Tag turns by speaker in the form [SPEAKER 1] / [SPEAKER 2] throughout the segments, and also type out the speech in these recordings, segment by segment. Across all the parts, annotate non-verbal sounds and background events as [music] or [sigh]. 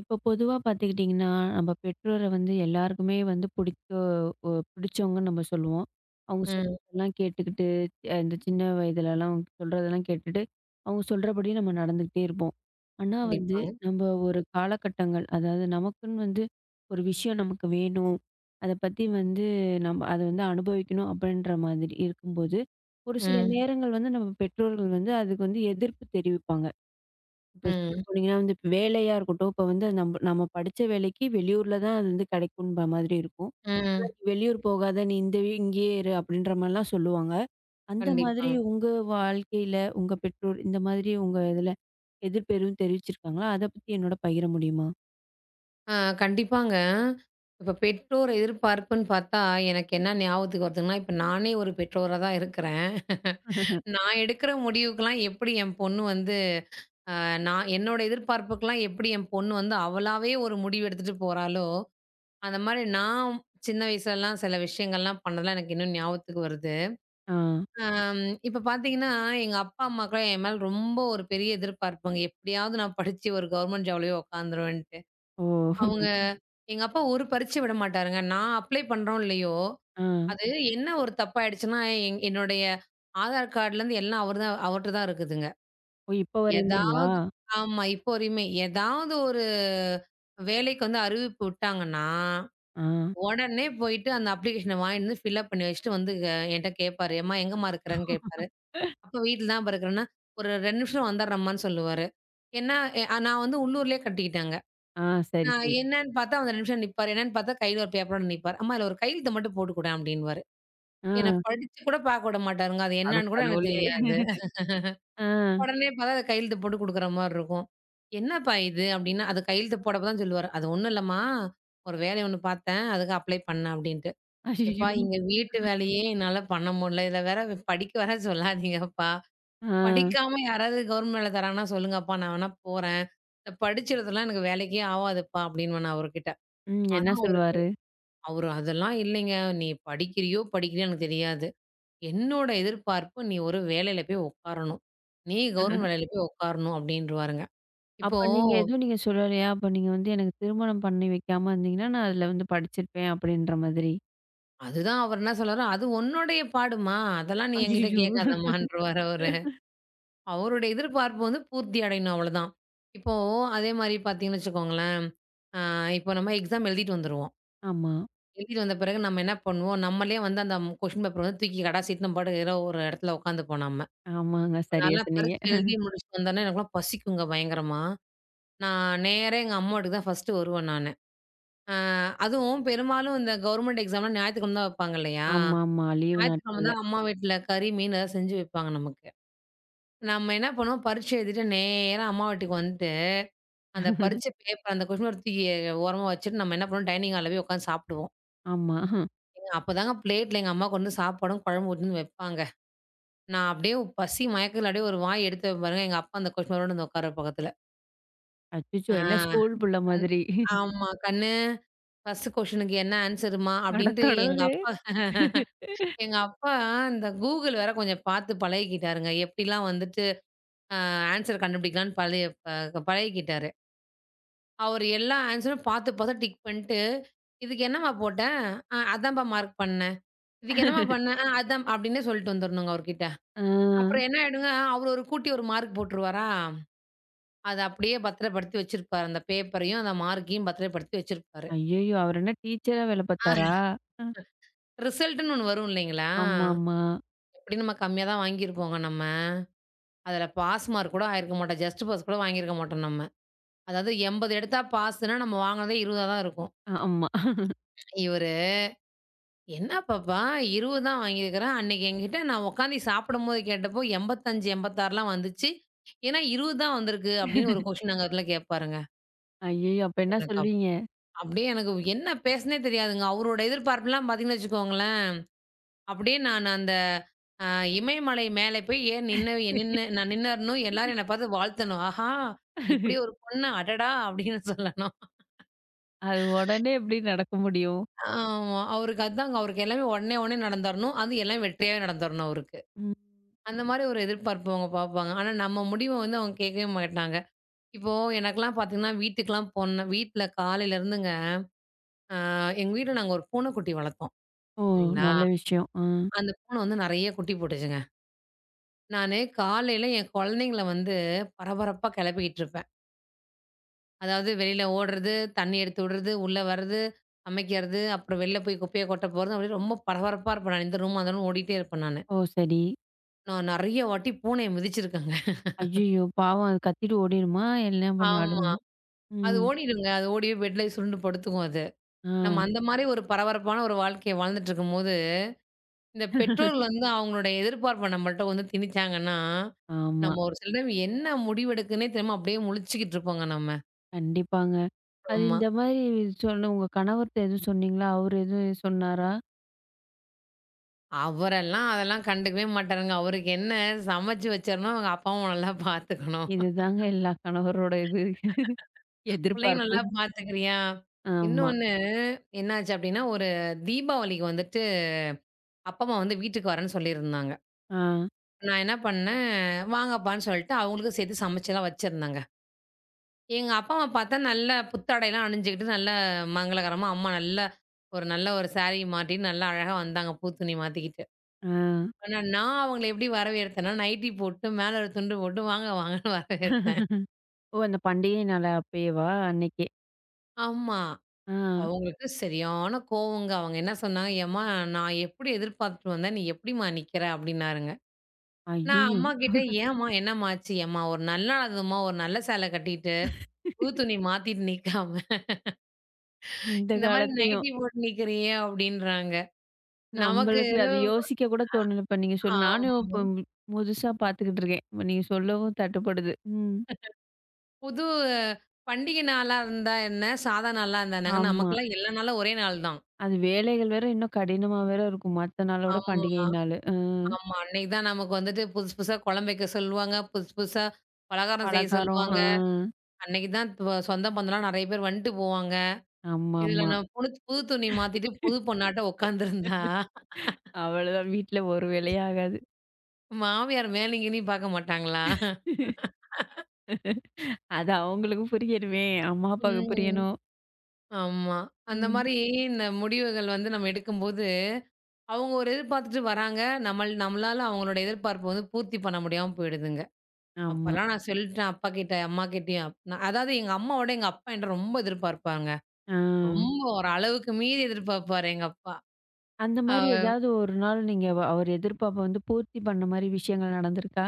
[SPEAKER 1] இப்போ பொதுவா பார்த்துக்கிட்டிங்கன்னா, நம்ம பெற்றோர வந்து எல்லாருக்குமே வந்து பிடிக்க பிடிச்சவங்கன்னு நம்ம சொல்லுவோம். அவங்க
[SPEAKER 2] ம்.
[SPEAKER 1] சொல்றதெல்லாம் கேட்டுக்கிட்டு, இந்த சின்ன வயதிலலாம் சொல்றதெல்லாம் கேட்டுட்டு, அவங்க சொல்றபடி நம்ம நடந்துக்கிட்டே இருப்போம். ஆனா வந்து
[SPEAKER 2] கண்டிப்பாங்க.
[SPEAKER 1] நம்ம ஒரு காலகட்டங்கள், அதாவது நமக்குன்னு வந்து ஒரு விஷயம் நமக்கு வேணும். அத பத்தி வந்து நம்ம அத வந்து அனுபவிக்கணும் அப்படின்ற மாதிரி இருக்கும்போது, ஒரு சில
[SPEAKER 2] ம்,
[SPEAKER 1] நேரங்கள் வந்து நம்ம பெற்றோர்கள் வந்து அதுக்கு வந்து எதிர்ப்பு தெரிவிப்பாங்க. இப்ப சொல்ல
[SPEAKER 2] ம்,
[SPEAKER 1] போனீங்கன்னா வந்து இப்ப வேலையா இருக்கட்டும், இப்ப வந்து நம்ம படிச்ச வேலைக்கு வெளியூர்ல தான் அது வந்து கிடைக்கும்ன்ற மாதிரி இருக்கும். ஆனா,
[SPEAKER 2] ம்.
[SPEAKER 1] "நீ வெளியூர் போகாத, நீ இந்த வீ- இங்கேயே இரு" அப்படின்ற மாரிலாம் சொல்லுவாங்க. அந்த மாதிரி
[SPEAKER 2] கண்டிப்பாங்க.
[SPEAKER 1] உங்க வாழ்க்கையில, உங்க பெற்றோர் இந்த மாதிரி உங்க இதுல எதிர்ப்பு எதுவும் தெரிவிச்சிருக்காங்களா? அத பத்தி என்னோட பகிர முடியுமா?
[SPEAKER 2] ஆ, கண்டிப்பாங்க. இப்ப பெற்றோர் எதிர்பார்ப்புன்னு பார்த்தா, எனக்கு என்ன ஞாபகத்துக்கு வருதுங்கன்னா, இப்ப நானே ஒரு பெற்றோரா தான் இருக்கிறேன். நான் எடுக்கிற முடிவுக்கெல்லாம் எப்படி என் பொண்ணு வந்து அ நான் என்னோட எதிர்பார்ப்புக்கெல்லாம் எப்படி என் பொண்ணு வந்து அவளாவே ஒரு முடிவு எடுத்துட்டு போறாளோ, அந்த மாரி நான் சின்ன வயசுலலாம் சில விஷயங்கள்லாம் பண்ணதெல்லாம் எனக்கு இன்னும் ஞாபகத்துக்கு வருது.
[SPEAKER 1] ஆ.
[SPEAKER 2] அம் இப்ப பார்த்தீங்கன்னா, எங்க அப்பா, அம்மாக்குலாம் என் மேல ரொம்ப ஒரு பெரிய எதிர்பார்ப்புங்க. எப்படியாவது நான் படிச்சு ஒரு கவர்மெண்ட் ஜாப்லயே உட்காந்துருவேன்ட்டு.
[SPEAKER 1] ஓ!
[SPEAKER 2] அவங்க எங்க அப்பா ஒரு பரீட்சை விட மாட்டாருங்க. நான் அப்ளை பண்றோம் இல்லையோ,
[SPEAKER 1] ஆ.
[SPEAKER 2] அது என்ன ஒரு தப்பாயிடுச்சுன்னா, என்னுடைய ஆதார் கார்ட்லேருந்து எல்லாம் அவரு தான் அவர்ட்ட தான் இருக்குதுங்க.
[SPEAKER 1] ஓ! இப்ப வரையுமேவா?
[SPEAKER 2] ஏதாவது ஆமா. இப்போ வரையுமே. ஏதாவது ஒரு வேலைக்கு வந்து அறிவிப்பு விட்டாங்கன்னா,
[SPEAKER 1] ஆ.
[SPEAKER 2] உடனே போயிட்டு அந்த அப்ளிகேஷன வாங்கிட்டு வந்து ஃபில் அப் பண்ணி வச்சுட்டு வந்து என்ட்ட கேட்பாரு. "ஏம்மா எங்கேம்மா இருக்கிறேன்னு?" கேட்பாரு. அப்ப வீட்ல தான் இருக்கிறேன்னா, "ஒரு 2 நிமிஷம் வந்துடுறேம்மான்னு" சொல்லுவாரு. ஏன்னா, நான் வந்து உள்ளூர்லயே கட்டிக்கிட்டேங்க.
[SPEAKER 1] ஆ.
[SPEAKER 2] அ
[SPEAKER 1] சரி, சரி.
[SPEAKER 2] என்னன்னு பார்த்தா அந்த 2 நிமிஷம் நிப்பாரு. என்னன்னு பார்த்தா கையில ஒரு பேப்பரோட நிப்பாரு. "அம்மா இதுல ஒரு கையெழுத்து மட்டும் போட்டுக்குடேன்" அப்படின்னுவாரு.
[SPEAKER 1] ஆ.
[SPEAKER 2] என்ன படிச்சு கூட பார்க்க விட மாட்டாருங்க. அது
[SPEAKER 1] அட
[SPEAKER 2] என்னன்னு கூட எனக்கு
[SPEAKER 1] கடவுளே!
[SPEAKER 2] தெரியாது.
[SPEAKER 1] ஆ.
[SPEAKER 2] உடனே பார்த்தா அது கையெழுத்து போட்டு குடுக்குற மாரி இருக்கும். "என்னப்பா இது?" அப்படின்னா, அது கையெழுத்து போடப்ப தான் சொல்லுவாரு. "அது ஒண்ணும் இல்லம்மா, ஒரு வேலை ஒண்ணு பார்த்தேன். அதுக்கு அப்ளை பண்ணேன்" அப்படின்ட்டு. "எப்பா
[SPEAKER 1] அய்யய்யோ!
[SPEAKER 2] எங்க வீட்டு வேலையே என்னால பண்ண முடியல. இதில வேற படிக்க வேற சொல்லாதீங்கப்பா.
[SPEAKER 1] ஆ.
[SPEAKER 2] படிக்காம யாராவது கவர்மெண்ட் வேல தராங்கன்னா சொல்லுங்கப்பா, நான் வேணா போறேன். இந்த படிச்சதெல்லாம் எனக்கு வேலைக்கே ஆவாதுப்பா" அப்டின்னுவேன் நான் அவர்கிட்ட.
[SPEAKER 1] ம். என்ன
[SPEAKER 2] ஆனா
[SPEAKER 1] சொல்வாரு?
[SPEAKER 2] அவரு அதெல்லாம் இல்லைங்க. "நீ படிக்கிறியோ, படிக்கலையோ எனக்கு தெரியாது. என்னோட எதிர்பார்ப்பு நீ ஒரு வேலையில போய் உட்காரணும். நீ கவர்மெண்ட் வேலையில போய் உட்காரணும்" அப்டின்ருவாருங்க. இப்போ
[SPEAKER 1] அப்ப நீங்க எதுவும் நீங்க சொல்லலையா? அப்ப நீங்க வந்து எனக்கு திருமணம் பண்ணி வைக்காம இருந்தீங்கன்னா, நான் அதுல வந்து படிச்சிருப்பேன் அப்படின்ற மாதிரி.
[SPEAKER 2] அதுதான் அவர் என்ன சொல்றாரு, "அது உன்னுடைய பாடுமா, அதெல்லாம் நீ என்கிட்ட
[SPEAKER 1] ஐயய்யோ!
[SPEAKER 2] கேட்காதம்மான்ருவாரு அவரு. அவருடைய எதிர்பார்ப்பு வந்து பூர்த்தி அடையணும் அவ்வளதான். இப்போ அதே மாரி பார்த்தீங்கன்னு வச்சுக்கோங்களேன், அ இப்போ நம்ம எக்ஸாம் எழுதிட்டு வந்துருவோம்.
[SPEAKER 1] ஆமா.
[SPEAKER 2] எழுதிட்டு வந்த பிறகு நம்ம என்ன பண்ணுவோம், நம்மளே வந்து அந்த கொஸ்டின் பேப்பர் வந்து தூக்கி கடாசிட்டு நம்ம பாட்டுக்கு ஏதோ ஒரு இடத்துல உட்காந்துப்போம் நம்ம.
[SPEAKER 1] ஆமாங்க. சரியா
[SPEAKER 2] நான்லாம்
[SPEAKER 1] சொன்னீங்க.
[SPEAKER 2] பரீட்சை எழுதி முடிச்சுட்டு வந்தோனே எனக்கெல்லாம் பசிக்குங்க பயங்கரமா. நான் நேரா எங்க அம்மா வீட்டுக்கு தான் ஃபர்ஸ்ட்டு வருவேன் நானு. அ அதுவும் பெரும்பாலும் இந்த கவர்மெண்ட் எக்ஸாம்லாம் ஞாயித்துக்கிழம தான் வைப்பாங்க இல்லையா?
[SPEAKER 1] ஆமாமா. லீவு
[SPEAKER 2] ஞாயித்துக்கிழம
[SPEAKER 1] நாட்கள்ல.
[SPEAKER 2] தான் அம்மா வீட்ல கறி, மீன் ஏதாவது செஞ்சு வைப்பாங்க நமக்கு. நம்ம என்ன பண்ணுவோம், பரீட்சை எழுதிட்டு நேரா அம்மா வீட்டுக்கு வந்துட்டு, அந்த பரீட்சை பேப்பர் அந்த கொஸ்டின் பேப்பர் தூக்கி ஓரமா வச்சுட்டு நம்ம என்ன பண்ணுவோம் டைனிங் ஹால்ல போய் உட்காந்து சாப்பிடுவோம்.
[SPEAKER 1] ஆமா.
[SPEAKER 2] அப்பதாங்க பிளேட்ல எங்க அம்மா கொண்டு வந்து சாப்பாடும், குழம்பு ஊத்தின்னு வைப்பாங்க. நான் அப்படியே பசி மயக்கத்துல அப்படியே ஒரு வாய் எடுத்து வைப்பேன் பாருங்க. எங்க அப்பா அந்த கொஸ்டின் வந்து உட்கார பக்கத்துல.
[SPEAKER 1] அச்சச்சோ!
[SPEAKER 2] ஆ,
[SPEAKER 1] என்ன ஸ்கூல் புள்ள
[SPEAKER 2] கண்
[SPEAKER 1] மாதிரி.
[SPEAKER 2] ஆமா. "கண்ணு ஃபர்ஸ்ட் கொஸ்டினுக்கு என்ன ஆன்ஸருமா?"
[SPEAKER 1] அட
[SPEAKER 2] அப்படின்ட்டு எங்க
[SPEAKER 1] கடவுளே!
[SPEAKER 2] அப்பா. எங்க அப்பா இந்த Google வேற கொஞ்சம் பார்த்து பழகிக்கிட்டாருங்க. எப்படிலாம் வந்துட்டு அ ஆன்ஸர் கண்டுபிடிக்கலான்னு பழைய பழகிக்கிட்டாரு. அவரு எல்லா ஆன்ஸரும் பார்த்து, பார்த்து டிக் பண்ணிட்டு, "இதுக்கு என்னம்மா போட்ட? அ அதான்ப்பா மார்க் பண்ணேன். இதுக்கு என்னம்மா பண்ண? அ அதான்" அப்படின்னே சொல்லிட்டு வந்துரணுங்க அவர்கிட்ட.
[SPEAKER 1] ஆ.
[SPEAKER 2] அப்புறம் என்ன ஆயிடுங்க, அவரு ஒரு கூட்டி ஒரு மார்க் போட்டுருவாரா? அத அப்படியே பத்திரப்படுத்தி வச்சிருப்பாரு. அந்த பேப்பரையும், அந்த மார்க்கையும் பத்திரப்படுத்தி வச்சிருப்பாரு.
[SPEAKER 1] ஐயய்யோ! அவர் என்ன டீச்சரா வேல பார்த்தாரா?
[SPEAKER 2] ஆ.
[SPEAKER 1] அ.
[SPEAKER 2] ரிசல்ட்டுன்னு ஒண்ணு வரும் இல்லைங்களா?
[SPEAKER 1] ஆமாமா.
[SPEAKER 2] எப்படியும் நம்ம கம்மியா தான் வாங்கியிருப்போங்க நம்ம. அதுல பாஸ் மார்க் கூட ஆயிருக்க மாட்டோம். ஜஸ்ட் பாஸ் கூட வாங்கியிருக்க மாட்டோம் நம்ம. அதாவது 80 எடுத்தா பாஸ்ன்னா, நம்ம வாங்கினதே 20ஆ தான் இருக்கும்.
[SPEAKER 1] ஆமா.
[SPEAKER 2] இவரு, "என்ன பாப்பா 20 தான் வாங்கியிருக்கிறேன். அன்னைக்கு என்கிட்ட நான் உட்காந்து சாப்பிடும்போது கேட்டப்போ 85, 86லாம் வந்துச்சு. ஏன்னா 20 தான் வந்திருக்கு" அப்படின்னு ஒரு கொஸ்டின் அங்க இடத்துல கேட்பாருங்க.
[SPEAKER 1] ஐயய்யோ! அப்ப என்ன
[SPEAKER 2] எனக்கு அப்
[SPEAKER 1] சொல்வீங்க?
[SPEAKER 2] அப்படியே எனக்கு என்ன பேசுனே தெரியாதுங்க. அவரோட எதிர்பார்ப்புலாம் பார்த்தீங்கன்னு வச்சுக்கோங்களேன் அப்படியே நான் அந்த அ இமயமலை மேலே போய் ஏன் நின்னு நின்னு நான் நின்னரணும். எல்லாரும் என்ன பார்த்து வாழ்த்தணும். ஆஹா! இப்படி ஒரு பொண்ணு அடடா! அப்படின்னு சொல்லணும்.
[SPEAKER 1] அது உடனே எப்படி நடக்க முடியும்?
[SPEAKER 2] ஆமா. அவருக்கு அதாங்க. அவருக்கு எல்லாமே உடனே உடனே நடந்தரணும். அது எல்லாம் வெற்றியாவே நடந்தரணும் அவருக்கு.
[SPEAKER 1] ம்.
[SPEAKER 2] அந்த மாரி ஒரு எதிர்பார்ப்பு அவங்க பார்ப்பாங்க. ஆனா நம்ம முடிவ வந்து அவங்க கேட்கவே மாட்டாங்க. இப்போ எனக்கெல்லாம் பார்த்தீங்கன்னா, வீட்டுக்கெல்லாம் போன வீட்ல காலையில இருந்துங்க, அ எங்க வீட்ல நாங்க ஒரு பூனைக்குட்டி வளர்த்தோம்.
[SPEAKER 1] ஓ!
[SPEAKER 2] சரிங்களா?
[SPEAKER 1] நல்ல விஷயம். ஆ.
[SPEAKER 2] அந்த பூனை வந்து நெறைய குட்டி போட்டுச்சுங்க. நானு காலையில என் குழந்தைங்கள வந்து பரபரப்பா கிளப்பிக்கிட்டு இருப்பேன். அதாவது வெளியில ஓடுறது, தண்ணி எடுத்து விடுறது, உள்ள வர்றது, சமைக்கிறது, அப்புறம் வெளில போய் குப்பைய கொட்ட போறது அப்படின்னு ரொம்ப பரபரப்பா இருப்பேன் நான். இந்த ரூம், அந்த ரூம் ஓடிட்டே இருப்பேன் நானு.
[SPEAKER 1] ஓ! சரி.
[SPEAKER 2] நான் நெறைய வாட்டி பூனைய மிதிச்சிருக்கேங்க.
[SPEAKER 1] ஐயய்யோ! பாவம் அது கத்திட்டு ஓடிருமா? என்ன பண்ணும்?
[SPEAKER 2] ஆமா.
[SPEAKER 1] அழுவுமா?
[SPEAKER 2] அது
[SPEAKER 1] ம்.
[SPEAKER 2] ஓடிடுங்க. அது ஓடி போய் பெட்ல சுருண்டு படுத்துக்கும் அது.
[SPEAKER 1] ஆ.
[SPEAKER 2] நம்ம அந்த மாரி ஒரு பரபரப்பான ஒரு வாழ்க்கைய வாழ்ந்துட்டு இருக்கும்போது, இந்த பெற்றோர்கள் வந்து அவங்களுடைய எதிர்பார்ப்ப நம்மள்ட்ட வந்து திணிச்சாங்கன்னா,
[SPEAKER 1] ஆமா.
[SPEAKER 2] நம்ம ஒரு சில டைம் என்ன முடிவெடுக்குன்னே தெரியாம அப்படியே முழிச்சுக்கிட்டு இருப்போங்க நம்ம.
[SPEAKER 1] கண்டிப்பாங்க. அது
[SPEAKER 2] ஆமா.
[SPEAKER 1] இந்த மாரி சொன்ன உங்க கணவர்ட்ட எதுவும் சொன்னீங்களா? அவரு எதுவும் சொன்னாரா?
[SPEAKER 2] அவரெல்லாம் அதெல்லாம் கண்டுக்கவே மாட்டாருங்க. அவருக்கு என்ன சமைச்சு வச்சிரணும், அவங்க அப்பாவும் நல்லா பார்த்துக்கணும்.
[SPEAKER 1] இதுதாங்க எல்லா கணவரோட இது
[SPEAKER 2] பிள்ளையும்
[SPEAKER 1] எதிர்பார்ப்பு.
[SPEAKER 2] நல்லா பார்த்துக்கிறியா?
[SPEAKER 1] ஆமா.
[SPEAKER 2] இன்னொன்னு என்னாச்சு அப்டின்னா, ஒரு தீபாவளிக்கு வந்துட்டு அப்பா, அம்மா வந்து வீட்டுக்கு வரேன்னு சொல்லியிருந்தாங்க.
[SPEAKER 1] ஆ.
[SPEAKER 2] நான் என்ன பண்ணேன், வாங்கப்பான்னு சொல்லிட்டு அவங்களுக்கும் சேர்த்து சமைச்சுலாம் வச்சிருந்தேங்க. எங்க அப்பா, அம்மா பார்த்தா நல்ல புத்தாடைலாம் அணிஞ்சுக்கிட்டு நல்ல மங்களகரமா, அம்மா நல்ல ஒரு சாரி மாட்டிட்டு நல்லா அழகா வந்தாங்க, பூ துணி மாத்திக்கிட்டு.
[SPEAKER 1] ஆ.
[SPEAKER 2] ஆனா, நான் அவங்கள எப்படி வரவேற்தேன்னா, நைட்டி போட்டு, மேல ஒரு துண்டு போட்டு, "வாங்க, வாங்கன்னு" [laughs] வரவேற்தேன்.
[SPEAKER 1] ஓ! அந்த பண்டிகை நாள் அப்பயேவா? அன்னைக்கே.
[SPEAKER 2] ஆமா.
[SPEAKER 1] ஆ.
[SPEAKER 2] அவங்களுக்கு சரியான கோவங்க. அவங்க என்ன சொன்னாங்க, "ஏம்மா, நான் எப்படி எதிர்பார்த்துட்டு வந்தேன், நீ எப்படிம்மா நிக்கிற?" அப்படின்னாருங்க. நான்
[SPEAKER 1] ஐயய்யோ!
[SPEAKER 2] அம்மா கிட்ட, "ஏம்மா, என்னம்மா ஆச்சு?" "ஏம்மா, ஒரு நல்ல நாளும்மா, ஒரு நல்ல சேலை கட்டிட்டு, புது துணி மாத்திட்டு நிக்காம,
[SPEAKER 1] இந்த
[SPEAKER 2] இந்த மாரி
[SPEAKER 1] காலத்தையும்.
[SPEAKER 2] நைட்டி போட்டு நிக்கிறியே?" அப்படின்றாங்க. நமக்கு
[SPEAKER 1] நம்மளுக்கு அது யோசிக்க கூட தோணல. இப்ப நீங்க சொல் நானும்
[SPEAKER 2] ஆமா.
[SPEAKER 1] இப்ப புதுசா பார்த்துக்கிட்டு இருக்கேன். இப்ப நீங்க சொல்லவும் தட்டுப்படுது. ம்.
[SPEAKER 2] புது அஹ், பண்டிகை நாளா இருந்தா என்ன? சாதா நாளா இருந்தா என்னங்க?
[SPEAKER 1] ஆமா.
[SPEAKER 2] நமக்கெல்லாம் எல்லா நாளும் ஒரே நாள் தான்.
[SPEAKER 1] அது வேலைகள் வேற இன்னும் கடினமா வேற இருக்கும். மத்த நாளோட
[SPEAKER 2] ஆமா.
[SPEAKER 1] பண்டிகை நாளு.
[SPEAKER 2] ஆமா. அன்னைக்கு தான் நமக்கு வந்துட்டு புதுசு புதுசா குழம்பு வைக்க சொல்லுவாங்க. புதுசு புதுசா பலகாரம் செய்ய
[SPEAKER 1] பலகாரம்.
[SPEAKER 2] சொல்லுவாங்க.
[SPEAKER 1] ஆ
[SPEAKER 2] அன்னைக்கு தான் சொந்த பந்தம்லாம் நெறைய பேர் வந்துட்டு போவாங்க. இதுல
[SPEAKER 1] ஆமாமா.
[SPEAKER 2] நான் புது துணி மாத்திட்டு புது பொண்ணாட்ட உட்காந்துருந்தா,
[SPEAKER 1] அவ்வளோதான் வீட்ல ஒரு வேலையும் ஆகாது.
[SPEAKER 2] மாமியார் மேலயும் கீலயும் பார்க்க மாட்டாங்களா?
[SPEAKER 1] அது அவங்களுக்கு புரியணுமே! அம்மா, அப்பாவுக்கு
[SPEAKER 2] ம்.
[SPEAKER 1] புரியணும்.
[SPEAKER 2] ஆமா. அந்த
[SPEAKER 1] ம்.
[SPEAKER 2] மாரி இந்த முடிவுகள் வந்து நம்ம எடுக்கும்போது, அவங்க ஒரு எதிர்பார்த்துட்டு வராங்க. நம்மளால அவங்களோட எதிர்பார்ப்ப வந்து பூர்த்தி பண்ண முடியாம போயிடுதுங்க.
[SPEAKER 1] ஆமா.
[SPEAKER 2] அப்பலாம் நான் சொல்லிட்டேன் அப்பாகிட்ட, அம்மாகிட்டயும். அதாவது எங்க அம்மாவோட எங்க அப்பா என்ட்ட ரொம்ப எதிர்பார்ப்பாங்க.
[SPEAKER 1] ஆ.
[SPEAKER 2] ரொம்ப ஒரு அளவுக்கு மீறி எதிர்பார்ப்பாரு எங்க அப்பா.
[SPEAKER 1] அந்த
[SPEAKER 2] அ
[SPEAKER 1] மாரி ஏதாவது ஒரு நாள் நீங்க அவர் எதிர்பார்ப்ப வந்து பூர்த்தி பண்ண மாரி விஷயங்கள் நடந்திருக்கா?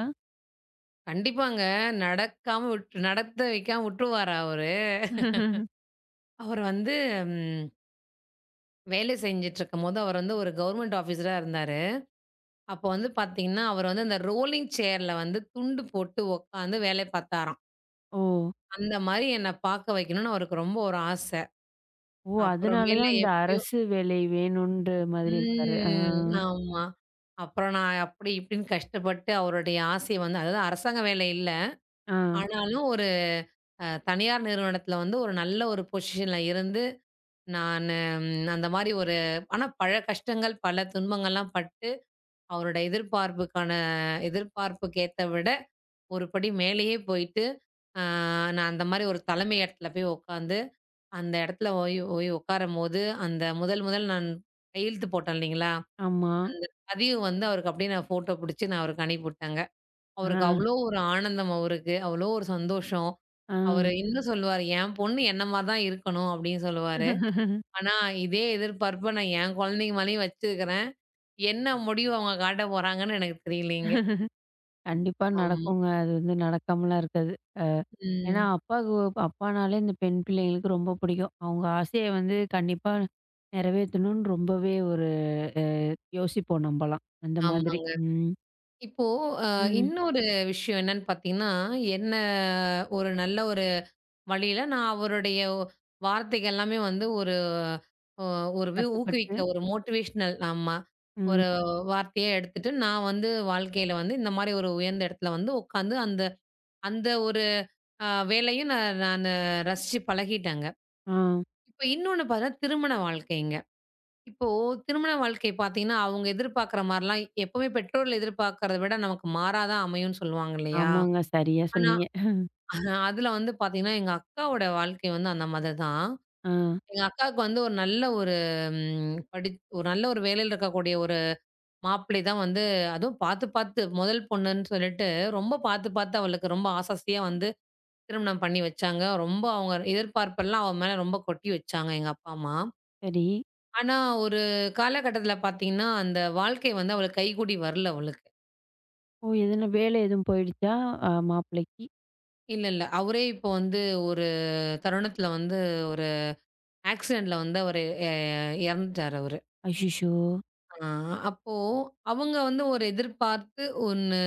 [SPEAKER 2] கண்டிப்பாங்க. நடக்காம விட் நடத்த வைக்காம விட்டுருவாரு அவரு.
[SPEAKER 1] [laughs]
[SPEAKER 2] அவர் வந்து ம் வேலை செஞ்சுட்டுருக்கும்போது, அவர் வந்து ஒரு கவர்மெண்ட் ஆஃபீஸரா இருந்தாரு. அப்போ வந்து பார்த்தீங்கன்னா, அவர் வந்து அந்த ரோலிங் சேர்ல வந்து துண்டு போட்டு உட்காந்து வேலை பார்த்தாராம்.
[SPEAKER 1] ஓ!
[SPEAKER 2] அந்த மாரி என்ன பார்க்க வைக்கணும்னு அவருக்கு ரொம்ப ஒரு ஆச.
[SPEAKER 1] ஓ! அதனால
[SPEAKER 2] அப்புறமேல
[SPEAKER 1] தான் அந்த
[SPEAKER 2] எப்படியோ.
[SPEAKER 1] அரசு வேலை வேணுன்ற மாதிரி இருக்காரு. ஆ.
[SPEAKER 2] ம். ஆமா. அப்புறம் நான் அப்படி இப்படின்னு கஷ்டப்பட்டு அவருடைய ஆசைய வந்து அதாவது அரசாங்க வேலை இல்ல.
[SPEAKER 1] ஆ.
[SPEAKER 2] ஆனாலும் ஒரு தனியார் நிறுவனத்தில வந்து ஒரு நல்ல ஒரு பொசிஷன்ல இருந்து, நானு அந்த மாரி ஒரு ஆனா பல கஷ்டங்கள், பல துன்பங்கள்லாம் பட்டு, அவரோட எதிர்பார்ப்புக்கான எதிர்பார்ப்புக்கேத்த விட, ஒரு படி மேலேயே போயிட்டு, அ நான் அந்த மாரி ஒரு தலைமை இடத்துல போய் உட்காந்து, அந்த இடத்துல போய் போய் உட்காரும்போது, அந்த முதல் முதல் நான் கையெழுத்து போட்டேன் இல்லைங்களா?
[SPEAKER 1] ஆமா.
[SPEAKER 2] அந்த பதிவு வந்து அவருக்கு அப்படியே நான் ஃபோட்டோ புடிச்சு நான் அவருக்கு அனுப்பிவுட்டேங்க.
[SPEAKER 1] ஆ.
[SPEAKER 2] அவருக்கு அவ்ளோ ஒரு ஆனந்தம் அவருக்கு. அவ்ளோ ஒரு சந்தோஷம்.
[SPEAKER 1] ஆ.
[SPEAKER 2] அவரு இன்னும் சொல்லுவாரு, "என் பொண்ணு என்ன மாரி தான் இருக்கணும்" அப்படின்னு சொல்லுவாரு.
[SPEAKER 1] [laughs]
[SPEAKER 2] ஆனா, இதே எதிர்பார்ப்ப நான் என் குழந்தைங்க மேலயும் வச்சிருக்கிறேன். என்ன முடிவு அவங்க காட்ட போறாங்கன்னு எனக்கு தெரியலைங்க.
[SPEAKER 1] கண்டிப்பா
[SPEAKER 2] ஆமா.
[SPEAKER 1] நடக்குங்க. அது வந்து நடக்காமலாம் இருக்காது. அ ஏன்னா
[SPEAKER 2] ம்.
[SPEAKER 1] அப்பாவுக்கு அப்பானாலே இந்த பெண் பிள்ளைங்களுக்கு ரொம்ப பிடிக்கும். அவங்க ஆசைய வந்து கண்டிப்பா நிறைவேத்தணும்னு ரொம்பவே ஒரு அ யோசிப்போம் நம்பலாம். அந்த மாதிரி.
[SPEAKER 2] ஆமாங்க.
[SPEAKER 1] ம்.
[SPEAKER 2] இப்போ அ
[SPEAKER 1] ம்.
[SPEAKER 2] இன்னொரு விஷயம் என்னன்னு பார்த்தீங்கன்னா, என்ன ஒரு நல்ல ஒரு வழியில நான் அவருடைய வார்த்தைகள் எல்லாமே வந்து ஒரு அ ஒரு
[SPEAKER 1] கட்டுப்பட்டு
[SPEAKER 2] ஊக்குவிக்க ஒரு மோட்டிவேஷனல் ஆமா,
[SPEAKER 1] ம்.
[SPEAKER 2] ஒரு வார்த்தையா எடுத்துட்டு, நான் வந்து வாழ்க்கையில வந்து இந்த மாரி ஒரு உயர்ந்த இடத்துல வந்து உட்காந்து அந்த அந்த ஒரு அ வேலையும் நான் நானு ரசிச்சு பழகிட்டேங்க.
[SPEAKER 1] ஆ.
[SPEAKER 2] இப்ப இன்னொன்னு பார்த்தா திருமண வாழ்க்கைங்க. இப்போ திருமண வாழ்க்கை பார்த்தீங்கன்னா, அவங்க எதிர்பார்க்குற மாரிலாம் எப்பவுமே பெற்றோர்கள் எதிர்பார்க்கிறத விட நமக்கு மாறா தான் அமையும்னு சொல்லுவாங்க இல்லையா?
[SPEAKER 1] ஆமாங்க. சரியா
[SPEAKER 2] ஆனா
[SPEAKER 1] சொன்னீங்க.
[SPEAKER 2] ஆனா அதுல வந்து பார்த்தீங்கன்னா, எங்க அக்காவோட வாழ்க்கை வந்து அந்த மாதிரி தான்.
[SPEAKER 1] ஆ
[SPEAKER 2] எங்க அக்காவுக்கு வந்து ஒரு நல்ல ஒரு ம், படி ஒரு நல்ல ஒரு வேலையில இருக்கக்கூடிய ஒரு மாப்பிள்ளை தான் வந்து அதுவும் பார்த்து பார்த்து முதல் பொண்ணுன்னு சொல்லிட்டு ரொம்ப பார்த்து பார்த்து அவளுக்கு ரொம்ப ஆசாசியா வந்து திருமணம் பண்ணி வச்சாங்க. ரொம்ப அவங்க எதிர்பார்ப்பெல்லாம் அவ மேல ரொம்ப கொட்டி வச்சாங்க எங்க அப்பா, அம்மா.
[SPEAKER 1] சரி.
[SPEAKER 2] ஆனா ஒரு காலகட்டத்தில பார்த்தீங்கன்னா, அந்த வாழ்க்கை வந்து அவளுக்கு கைகூடி வரல அவளுக்கு.
[SPEAKER 1] ஓ! எதுனா வேலை எதுவும் போயிடுச்சா? மாப்பிள்ளைக்கு?
[SPEAKER 2] இல்ல, இல்ல. அவரே இப்போ வந்து ஒரு தருணத்தில வந்து ஒரு ஆக்சிடென்ட்ல வந்து அவரு எ இறந்துட்டாரு அவரு.
[SPEAKER 1] அச்சச்சோ!
[SPEAKER 2] ஆ, அப்போ அவங்க வந்து ஒரு எதிர்பார்த்து ஒண்ணு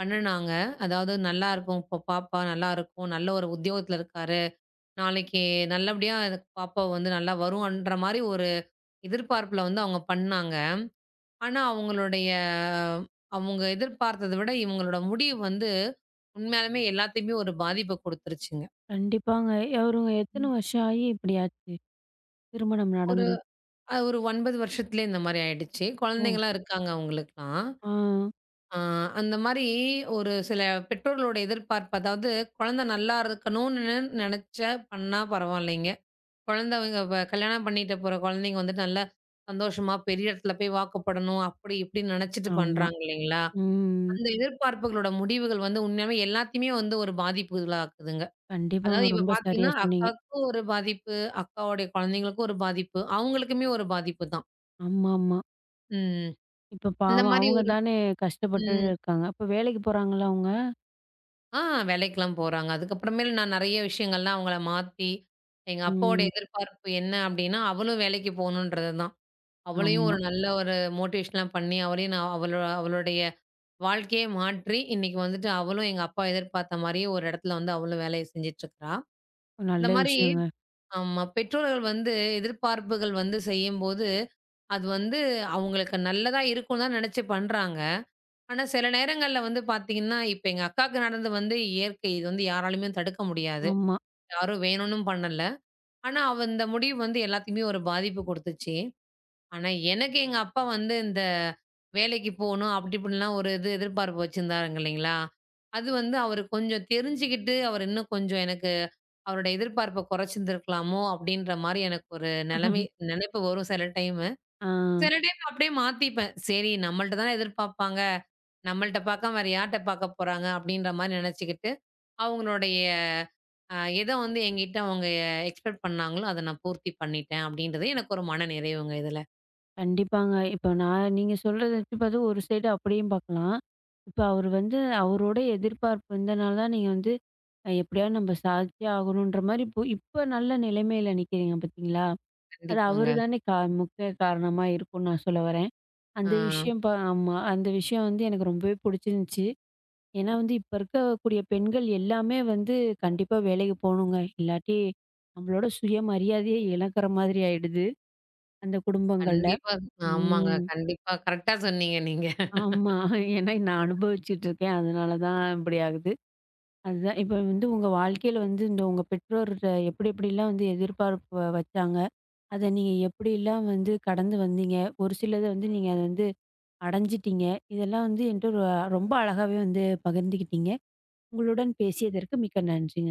[SPEAKER 2] பண்ணுனாங்க. அதாவது நல்லா இருக்கும். இப்போ பாப்பா நல்லாருக்கும். நல்ல ஒரு உத்தியோகத்துல இருக்காரு. நாளைக்கு நல்லபடியா எனக்கு பாப்பா வந்து நல்லா வரும்ன்ற மாரி ஒரு எதிர்பார்ப்புல வந்து அவங்க பண்ணாங்க. ஆனா அவங்களுடைய அவங்க எதிர்பார்த்தத விட இவங்களோட முடிவு வந்து உண்மையாலுமே எல்லாத்தையுமே ஒரு பாதிப்ப குடுத்துருச்சுங்க.
[SPEAKER 1] கண்டிப்பாங்க. அவருங்க
[SPEAKER 2] ம்.
[SPEAKER 1] எத்தன வருஷம் ஆகி இப்படி ஆச்சு? திருமணம்
[SPEAKER 2] ஒரு
[SPEAKER 1] நடந்து?
[SPEAKER 2] ஒரு 9 வருஷத்துலயே இந்த மாரி ஆயிடுச்சு.
[SPEAKER 1] ஓ!
[SPEAKER 2] குழந்தைங்கலாம் இருக்காங்க அவங்களுக்குலாம்.
[SPEAKER 1] ஆ.
[SPEAKER 2] ஆ, அந்த மாரி ஒரு சில பெற்றோர்களோட எதிர்பார்ப்பு, அதாவது குழந்தை நல்லா இருக்கணும்னு நெனச்சா பண்ணா பரவாயில்லைங்க. குழந்தைங்க வ கல்யாணம் பண்ணிட்டு போற குழந்தைங்க வந்துட்டு நல்லா சந்தோஷமா பெரிய இடத்துல போய் வாக்கப்படணும், அப்படி இப்படின்னு நெனச்சிட்டு
[SPEAKER 1] ஆமா.
[SPEAKER 2] பண்றாங்க இல்லைங்களா?
[SPEAKER 1] ம்.
[SPEAKER 2] அந்த எதிர்பார்ப்புகளோட முடிவுகள் வந்து உண்மையாவே எல்லாத்தையுமே வந்து ஒரு பாதிப்புகளாக்குதுங்க.
[SPEAKER 1] கண்டிப்பாங்க.
[SPEAKER 2] அதாவது இப்ப
[SPEAKER 1] ரொம்ப
[SPEAKER 2] பாத்தீங்கன்னா,
[SPEAKER 1] சரியா சொன்னீங்க.
[SPEAKER 2] அக்காவுக்கும் ஒரு பாதிப்பு, அக்காவுடைய குழந்தைங்களுக்கும் ஒரு பாதிப்பு, அவங்களுக்குமே ஒரு பாதிப்பு தான்.
[SPEAKER 1] ஆமாமா.
[SPEAKER 2] ம்.
[SPEAKER 1] இப்ப
[SPEAKER 2] இந்த
[SPEAKER 1] பாவம்
[SPEAKER 2] மாரி
[SPEAKER 1] அவங்க
[SPEAKER 2] ஒரு
[SPEAKER 1] தானே கஷ்டப்பட்டு
[SPEAKER 2] ம்.
[SPEAKER 1] இருக்காங்க. இப்ப வேலைக்கு போறாங்களா அவங்க?
[SPEAKER 2] ஆ, வேலைக்கெல்லாம் போறாங்க. அதுக்கப்புறமேல் நான் நெறைய விஷயங்கள்லாம் அவங்கள மாத்தி, எங்க அப்பாவோட
[SPEAKER 1] ம்.
[SPEAKER 2] எதிர்பார்ப்பு என்ன அப்டின்னா, அவளும் வேலைக்கு போகணுன்றது தான். அவளையும்
[SPEAKER 1] ஆமா.
[SPEAKER 2] ஒரு நல்ல ஒரு மோட்டிவேஷன்லாம் பண்ணி, அவளையும் நான் அவளோ அவளுடைய வாழ்க்கையே மாற்றி, இன்னைக்கு வந்துட்டு அவளும் எங்க அப்பா எதிர்பார்த்த மாரியே ஒரு இடத்துல வந்து அவளும் வேலைய செஞ்சுட்ருக்கிறா. இந்த
[SPEAKER 1] நல்ல
[SPEAKER 2] மாரி
[SPEAKER 1] விஷயங்க.
[SPEAKER 2] ஆமா. பெற்றோர்கள் வந்து எதிர்பார்ப்புகள் வந்து செய்யும்போது, அது வந்து அவங்களுக்கு நல்லதா இருக்கும்னு தான் நெனச்சு பண்றாங்க. ஆனா, சில நேரங்கள்ல வந்து பார்த்தீங்கன்னா, இப்ப எங்க அக்காவுக்கு நடந்தது வந்து இயற்கை. இது வந்து யாராலயுமே தடுக்க முடியாது.
[SPEAKER 1] ஆமா.
[SPEAKER 2] யாரும் வேணும்னும் பண்ணல. ஆனா, அவ இந்த முடிவு வந்து எல்லாத்துக்குமே ஒரு பாதிப்பு குடுத்துச்சு. ஆனா, எனக்கு எங்க அப்பா வந்து இந்த வேலைக்கு போணும், அப்படி இப்படிலாம் ஒரு இது எதிர்பார்ப்பு வச்சிருந்தாருங்க இல்லைங்களா? அது வந்து அவரு கொஞ்சம் தெரிஞ்சுக்கிட்டு, அவர் இன்னும் கொஞ்சம் எனக்கு அவரோட எதிர்பார்ப்ப குறைச்சிருந்திருக்கலாமோ! அப்படின்ற மாரி எனக்கு ஒரு நிலைமை நினைப்பு வரும் சில டைம்.
[SPEAKER 1] ஆ.
[SPEAKER 2] சில டைம் அப்படியே மாத்திப்பேன். சரி நம்மள்ட்ட தான எதிர்பார்ப்பாங்க. நம்மள்ட்ட பார்க்காம வேற யார்ட்ட பார்க்க போறாங்க அப்படின்ற மாரி நெனச்சுக்கிட்டு, அவங்களுடைய அ எத வந்து என்கிட்ட அவங்க எக்ஸ்பெக்ட் பண்ணாங்களோ, அத நான் பூர்த்தி பண்ணிட்டேன் அப்படின்றது எனக்கு ஒரு மன நிறைவுங்க இதுல.
[SPEAKER 1] கண்டிப்பாங்க. இப்ப நான் நீங்க சொல்றத வச்சு பாத்து ஒரு சைடு அப்படியும் பார்க்கலாம். இப்ப அவரு வந்து அவரோட எதிர்பார்ப்பு இருந்தனால தான் நீங்க வந்து எப்படியாவது நம்ம சாதிச்சே ஆகணுன்ற மாரி இப்போ இப்ப நல்ல நிலைமையில நிக்கிறீங்க பார்த்தீங்களா? அது அவரு
[SPEAKER 2] கண்டிப்பாங்க.
[SPEAKER 1] தானே முக்கிய காரணமா இருக்கும்னு நான் சொல்ல வரேன்.
[SPEAKER 2] ஆ,
[SPEAKER 1] அந்த விஷயம் ஆமா. அந்த விஷயம் வந்து எனக்கு ரொம்பவே புடிச்சிருந்துச்சு. ஏன்னா வந்து இப்ப இருக்கக்கூடிய பெண்கள் எல்லாமே வந்து கண்டிப்பா வேலைக்கு போணுங்க. இல்லாட்டி நம்மளோட சுயமரியாதையே இழக்கிற மாதிரி ஆயிடுது, அந்த குடும்பங்கள்ல.
[SPEAKER 2] கண்டிப்பா. ஆமாங்க.
[SPEAKER 1] ம்.
[SPEAKER 2] கண்டிப்பா. கரெக்ட்டா சொன்னீங்க நீங்க.
[SPEAKER 1] ஆமா. ஏன்னா நான் அனுபவிச்சுட்டு இருக்கேன். அதனால தான் இப்படி ஆகுது. அதுதான் இப்ப வந்து உங்க வாழ்க்கையில வந்து இந்த உங்க பெற்றோர்ட்ட எப்படி எப்படிலாம் வந்து எதிர்பார்ப்பு வச்சாங்க? அத நீங்க எப்படிலாம் வந்து கடந்து வந்தீங்க? ஒரு சிலத வந்து நீங்க அத வந்து அடைஞ்சிட்டீங்க. இதெல்லாம் வந்து என்ட்ட ரொம்ப அழகாவே வந்து பகிர்ந்துக்கிட்டீங்க. உங்களுடன் பேசியதற்கு மிக்க நன்றி.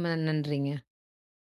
[SPEAKER 2] நன்றிங்க.